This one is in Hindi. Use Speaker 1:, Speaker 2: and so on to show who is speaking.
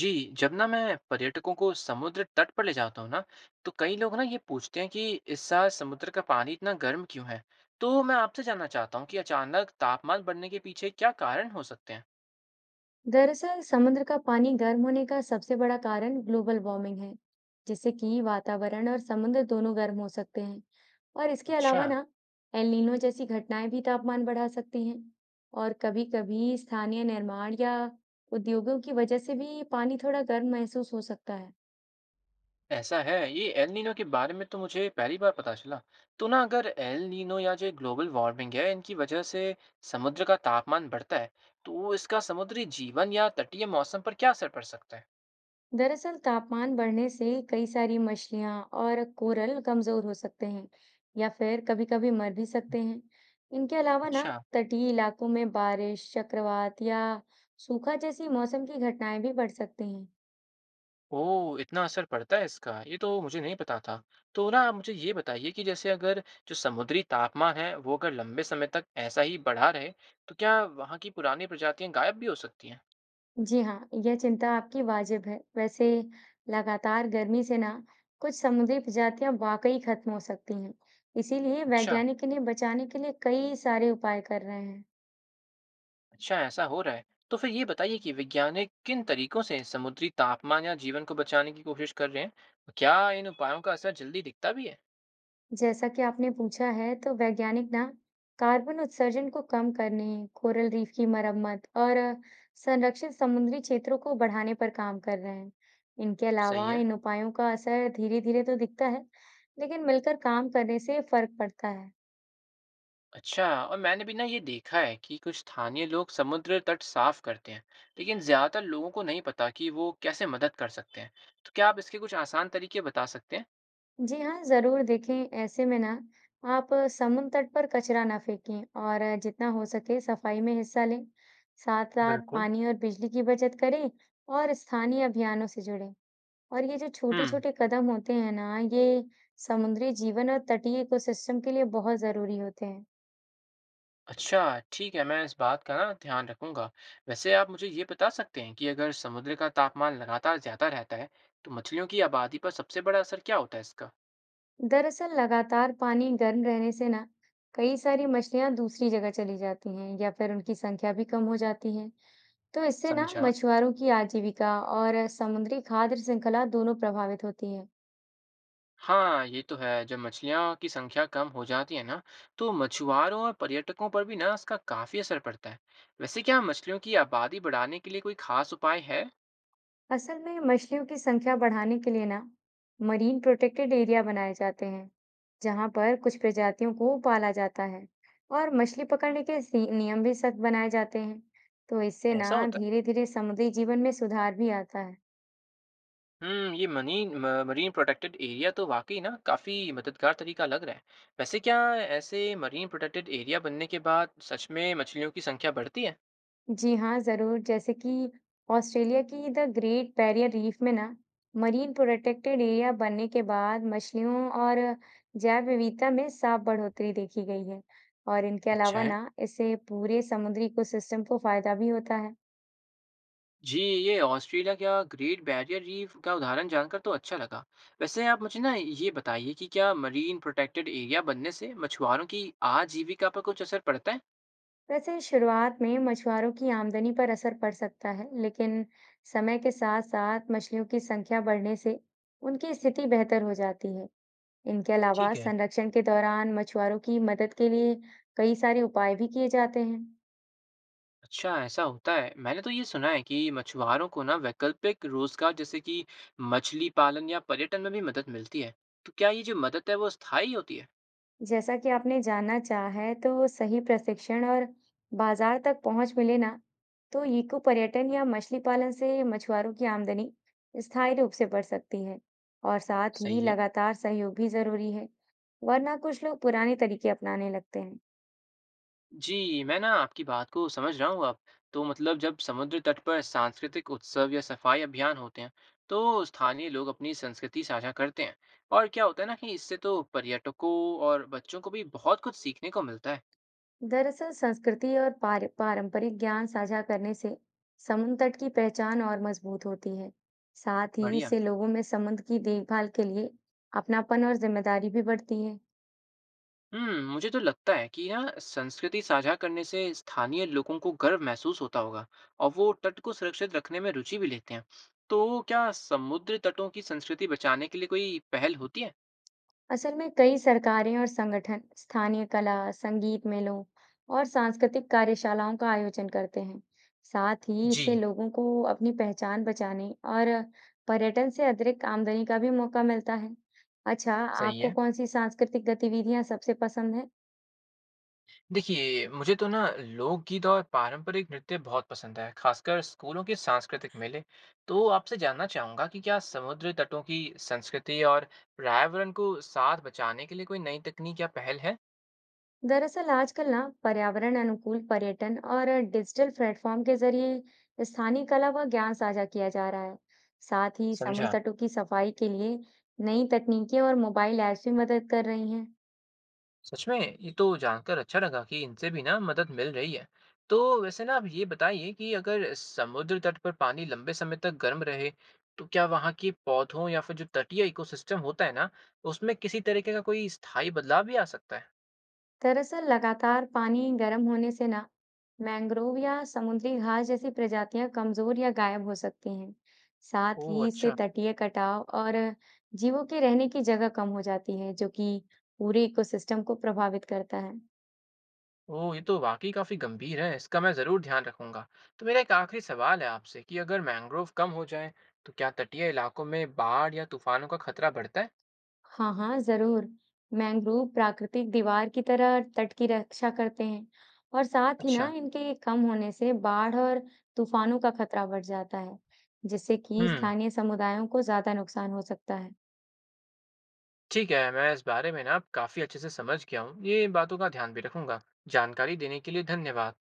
Speaker 1: जी, जब ना मैं पर्यटकों को समुद्र तट पर ले जाता हूँ ना, तो कई लोग ना ये पूछते हैं कि इस साल समुद्र का पानी इतना गर्म क्यों है? तो मैं आपसे जानना चाहता हूँ कि अचानक तापमान बढ़ने के पीछे क्या कारण हो सकते हैं?
Speaker 2: दरअसल समुद्र का पानी गर्म होने का सबसे बड़ा कारण ग्लोबल वार्मिंग है, जिससे कि वातावरण और समुद्र दोनों गर्म हो सकते हैं। और इसके
Speaker 1: अच्छा,
Speaker 2: अलावा ना एल नीनो जैसी घटनाएं भी तापमान बढ़ा सकती हैं और कभी-कभी स्थानीय निर्माण या उद्योगों की वजह से भी पानी थोड़ा गर्म महसूस हो सकता है।
Speaker 1: ऐसा है। ये एल नीनो के बारे में तो मुझे पहली बार पता चला। तो ना अगर एल नीनो या जो ग्लोबल वार्मिंग है, इनकी वजह से समुद्र का तापमान बढ़ता है, तो इसका समुद्री जीवन या तटीय मौसम पर क्या असर पड़ सकता है?
Speaker 2: दरअसल तापमान बढ़ने से कई सारी मछलियां और कोरल कमजोर हो सकते हैं या फिर कभी-कभी मर भी सकते हैं। इनके अलावा ना
Speaker 1: अच्छा।
Speaker 2: तटीय इलाकों में बारिश, चक्रवात या सूखा जैसी मौसम की घटनाएं भी बढ़ सकती हैं।
Speaker 1: ओह! इतना असर पड़ता है इसका, ये तो मुझे नहीं पता था। तो ना आप मुझे ये बताइए कि जैसे अगर जो समुद्री तापमान है, वो अगर लंबे समय तक ऐसा ही बढ़ा रहे, तो क्या वहाँ की पुरानी प्रजातियाँ गायब भी हो सकती हैं?
Speaker 2: जी हाँ, यह चिंता आपकी वाजिब है। वैसे लगातार गर्मी से ना कुछ समुद्री प्रजातियां वाकई खत्म हो सकती हैं। इसीलिए
Speaker 1: अच्छा,
Speaker 2: वैज्ञानिक इन्हें बचाने के लिए कई सारे उपाय कर रहे हैं।
Speaker 1: अच्छा ऐसा हो रहा है। तो फिर ये बताइए कि वैज्ञानिक किन तरीकों से समुद्री तापमान या जीवन को बचाने की कोशिश कर रहे हैं? क्या इन उपायों का असर जल्दी दिखता भी है?
Speaker 2: जैसा कि आपने पूछा है, तो वैज्ञानिक ना कार्बन उत्सर्जन को कम करने, कोरल रीफ की मरम्मत और संरक्षित समुद्री क्षेत्रों को बढ़ाने पर काम कर रहे हैं। इनके
Speaker 1: सही
Speaker 2: अलावा
Speaker 1: है।
Speaker 2: इन उपायों का असर धीरे-धीरे तो दिखता है, लेकिन मिलकर काम करने से फर्क पड़ता है।
Speaker 1: अच्छा, और मैंने भी ना ये देखा है कि कुछ स्थानीय लोग समुद्र तट साफ करते हैं, लेकिन ज्यादातर लोगों को नहीं पता कि वो कैसे मदद कर सकते हैं। तो क्या आप इसके कुछ आसान तरीके बता सकते हैं?
Speaker 2: जी हाँ, जरूर देखें। ऐसे में ना आप समुद्र तट पर कचरा ना फेंकें और जितना हो सके सफाई में हिस्सा लें। साथ साथ
Speaker 1: बिल्कुल।
Speaker 2: पानी और बिजली की बचत करें और स्थानीय अभियानों से जुड़ें। और ये जो
Speaker 1: हम्म।
Speaker 2: छोटे-छोटे कदम होते हैं ना, ये समुद्री जीवन और तटीय इकोसिस्टम के लिए बहुत ज़रूरी होते हैं।
Speaker 1: अच्छा ठीक है, मैं इस बात का ना ध्यान रखूंगा। वैसे आप मुझे ये बता सकते हैं कि अगर समुद्र का तापमान लगातार ज्यादा रहता है, तो मछलियों की आबादी पर सबसे बड़ा असर क्या होता है इसका?
Speaker 2: दरअसल लगातार पानी गर्म रहने से ना कई सारी मछलियाँ दूसरी जगह चली जाती हैं या फिर उनकी संख्या भी कम हो जाती है। तो इससे ना
Speaker 1: समझा।
Speaker 2: मछुआरों की आजीविका और समुद्री खाद्य श्रृंखला दोनों प्रभावित होती है।
Speaker 1: हाँ, ये तो है। जब मछलियाँ की संख्या कम हो जाती है ना, तो मछुआरों और पर्यटकों पर भी ना इसका काफ़ी असर पड़ता है। वैसे क्या मछलियों की आबादी बढ़ाने के लिए कोई खास उपाय है?
Speaker 2: असल में मछलियों की संख्या बढ़ाने के लिए ना मरीन प्रोटेक्टेड एरिया बनाए जाते हैं, जहां पर कुछ प्रजातियों को पाला जाता है और मछली पकड़ने के नियम भी सख्त बनाए जाते हैं। तो इससे ना
Speaker 1: ऐसा होता है?
Speaker 2: धीरे धीरे समुद्री जीवन में सुधार भी आता है।
Speaker 1: ये मरीन प्रोटेक्टेड एरिया तो वाकई ना काफ़ी मददगार तरीका लग रहा है। वैसे क्या ऐसे मरीन प्रोटेक्टेड एरिया बनने के बाद सच में मछलियों की संख्या बढ़ती है?
Speaker 2: जी हाँ, ज़रूर। जैसे कि ऑस्ट्रेलिया की द ग्रेट बैरियर रीफ में ना मरीन प्रोटेक्टेड एरिया बनने के बाद मछलियों और जैव विविधता में साफ बढ़ोतरी देखी गई है। और इनके
Speaker 1: अच्छा
Speaker 2: अलावा
Speaker 1: है।
Speaker 2: ना इससे पूरे समुद्री इकोसिस्टम को फायदा भी होता है।
Speaker 1: जी, ये ऑस्ट्रेलिया का ग्रेट बैरियर रीफ का उदाहरण जानकर तो अच्छा लगा। वैसे आप मुझे ना ये बताइए कि क्या मरीन प्रोटेक्टेड एरिया बनने से मछुआरों की आजीविका पर कुछ असर पड़ता है?
Speaker 2: वैसे शुरुआत में मछुआरों की आमदनी पर असर पड़ सकता है, लेकिन समय के साथ-साथ मछलियों की संख्या बढ़ने से उनकी स्थिति बेहतर हो जाती है। इनके अलावा
Speaker 1: ठीक है।
Speaker 2: संरक्षण के दौरान मछुआरों की मदद के लिए कई सारे उपाय भी किए जाते हैं।
Speaker 1: अच्छा, ऐसा होता है। मैंने तो ये सुना है कि मछुआरों को ना वैकल्पिक रोजगार जैसे कि मछली पालन या पर्यटन में भी मदद मिलती है। तो क्या ये जो मदद है वो स्थायी होती है?
Speaker 2: जैसा कि आपने जानना चाहा है, तो सही प्रशिक्षण और बाजार तक पहुंच मिले ना, तो इको पर्यटन या मछली पालन से मछुआरों की आमदनी स्थायी रूप से बढ़ सकती है। और साथ ही
Speaker 1: सही है।
Speaker 2: लगातार सहयोग भी जरूरी है, वरना कुछ लोग पुराने तरीके अपनाने लगते हैं।
Speaker 1: जी, मैं ना आपकी बात को समझ रहा हूँ अब। तो मतलब जब समुद्र तट पर सांस्कृतिक उत्सव या सफाई अभियान होते हैं, तो स्थानीय लोग अपनी संस्कृति साझा करते हैं। और क्या होता है ना कि इससे तो पर्यटकों और बच्चों को भी बहुत कुछ सीखने को मिलता है।
Speaker 2: दरअसल संस्कृति और पारंपरिक ज्ञान साझा करने से समुद्र तट की पहचान और मजबूत होती है। साथ ही
Speaker 1: बढ़िया।
Speaker 2: इससे लोगों में समुद्र की देखभाल के लिए अपनापन और जिम्मेदारी भी बढ़ती है।
Speaker 1: मुझे तो लगता है कि ना संस्कृति साझा करने से स्थानीय लोगों को गर्व महसूस होता होगा और वो तट को सुरक्षित रखने में रुचि भी लेते हैं। तो क्या समुद्र तटों की संस्कृति बचाने के लिए कोई पहल होती है?
Speaker 2: असल में कई सरकारें और संगठन स्थानीय कला, संगीत मेलों और सांस्कृतिक कार्यशालाओं का आयोजन करते हैं। साथ ही
Speaker 1: जी।
Speaker 2: इससे लोगों को अपनी पहचान बचाने और पर्यटन से अतिरिक्त आमदनी का भी मौका मिलता है। अच्छा,
Speaker 1: सही
Speaker 2: आपको
Speaker 1: है।
Speaker 2: कौन सी सांस्कृतिक गतिविधियां सबसे पसंद है?
Speaker 1: देखिए मुझे तो ना लोकगीत और पारंपरिक नृत्य बहुत पसंद है, खासकर स्कूलों के सांस्कृतिक मेले। तो आपसे जानना चाहूंगा कि क्या समुद्र तटों की संस्कृति और पर्यावरण को साथ बचाने के लिए कोई नई तकनीक या पहल है?
Speaker 2: दरअसल आजकल ना पर्यावरण अनुकूल पर्यटन और डिजिटल प्लेटफॉर्म के जरिए स्थानीय कला व ज्ञान साझा किया जा रहा है। साथ ही
Speaker 1: समझा।
Speaker 2: समुद्र तटों की सफाई के लिए नई तकनीकें और मोबाइल ऐप्स भी मदद कर रही हैं।
Speaker 1: सच में ये तो जानकर अच्छा लगा कि इनसे भी ना मदद मिल रही है। तो वैसे ना आप ये बताइए कि अगर समुद्र तट पर पानी लंबे समय तक गर्म रहे, तो क्या वहाँ के पौधों या फिर जो तटीय इकोसिस्टम होता है ना, उसमें किसी तरीके का कोई स्थायी बदलाव भी आ सकता है?
Speaker 2: दरअसल लगातार पानी गर्म होने से ना मैंग्रोव या समुद्री घास जैसी प्रजातियां कमजोर या गायब हो सकती हैं। साथ
Speaker 1: ओह
Speaker 2: ही इससे
Speaker 1: अच्छा!
Speaker 2: तटीय कटाव और जीवों के रहने की जगह कम हो जाती है, जो कि पूरे इकोसिस्टम को प्रभावित करता है।
Speaker 1: ओह! ये तो वाक़ई काफ़ी गंभीर है, इसका मैं ज़रूर ध्यान रखूँगा। तो मेरा एक आखिरी सवाल है आपसे कि अगर मैंग्रोव कम हो जाएँ, तो क्या तटीय इलाकों में बाढ़ या तूफ़ानों का खतरा बढ़ता है?
Speaker 2: हाँ हाँ, जरूर। मैंग्रोव प्राकृतिक दीवार की तरह तट की रक्षा करते हैं। और साथ ही ना
Speaker 1: अच्छा,
Speaker 2: इनके कम होने से बाढ़ और तूफानों का खतरा बढ़ जाता है, जिससे
Speaker 1: हुँ,
Speaker 2: कि स्थानीय समुदायों को ज्यादा नुकसान हो सकता है।
Speaker 1: ठीक है, मैं इस बारे में ना अब काफ़ी अच्छे से समझ गया हूँ। ये बातों का ध्यान भी रखूँगा। जानकारी देने के लिए धन्यवाद।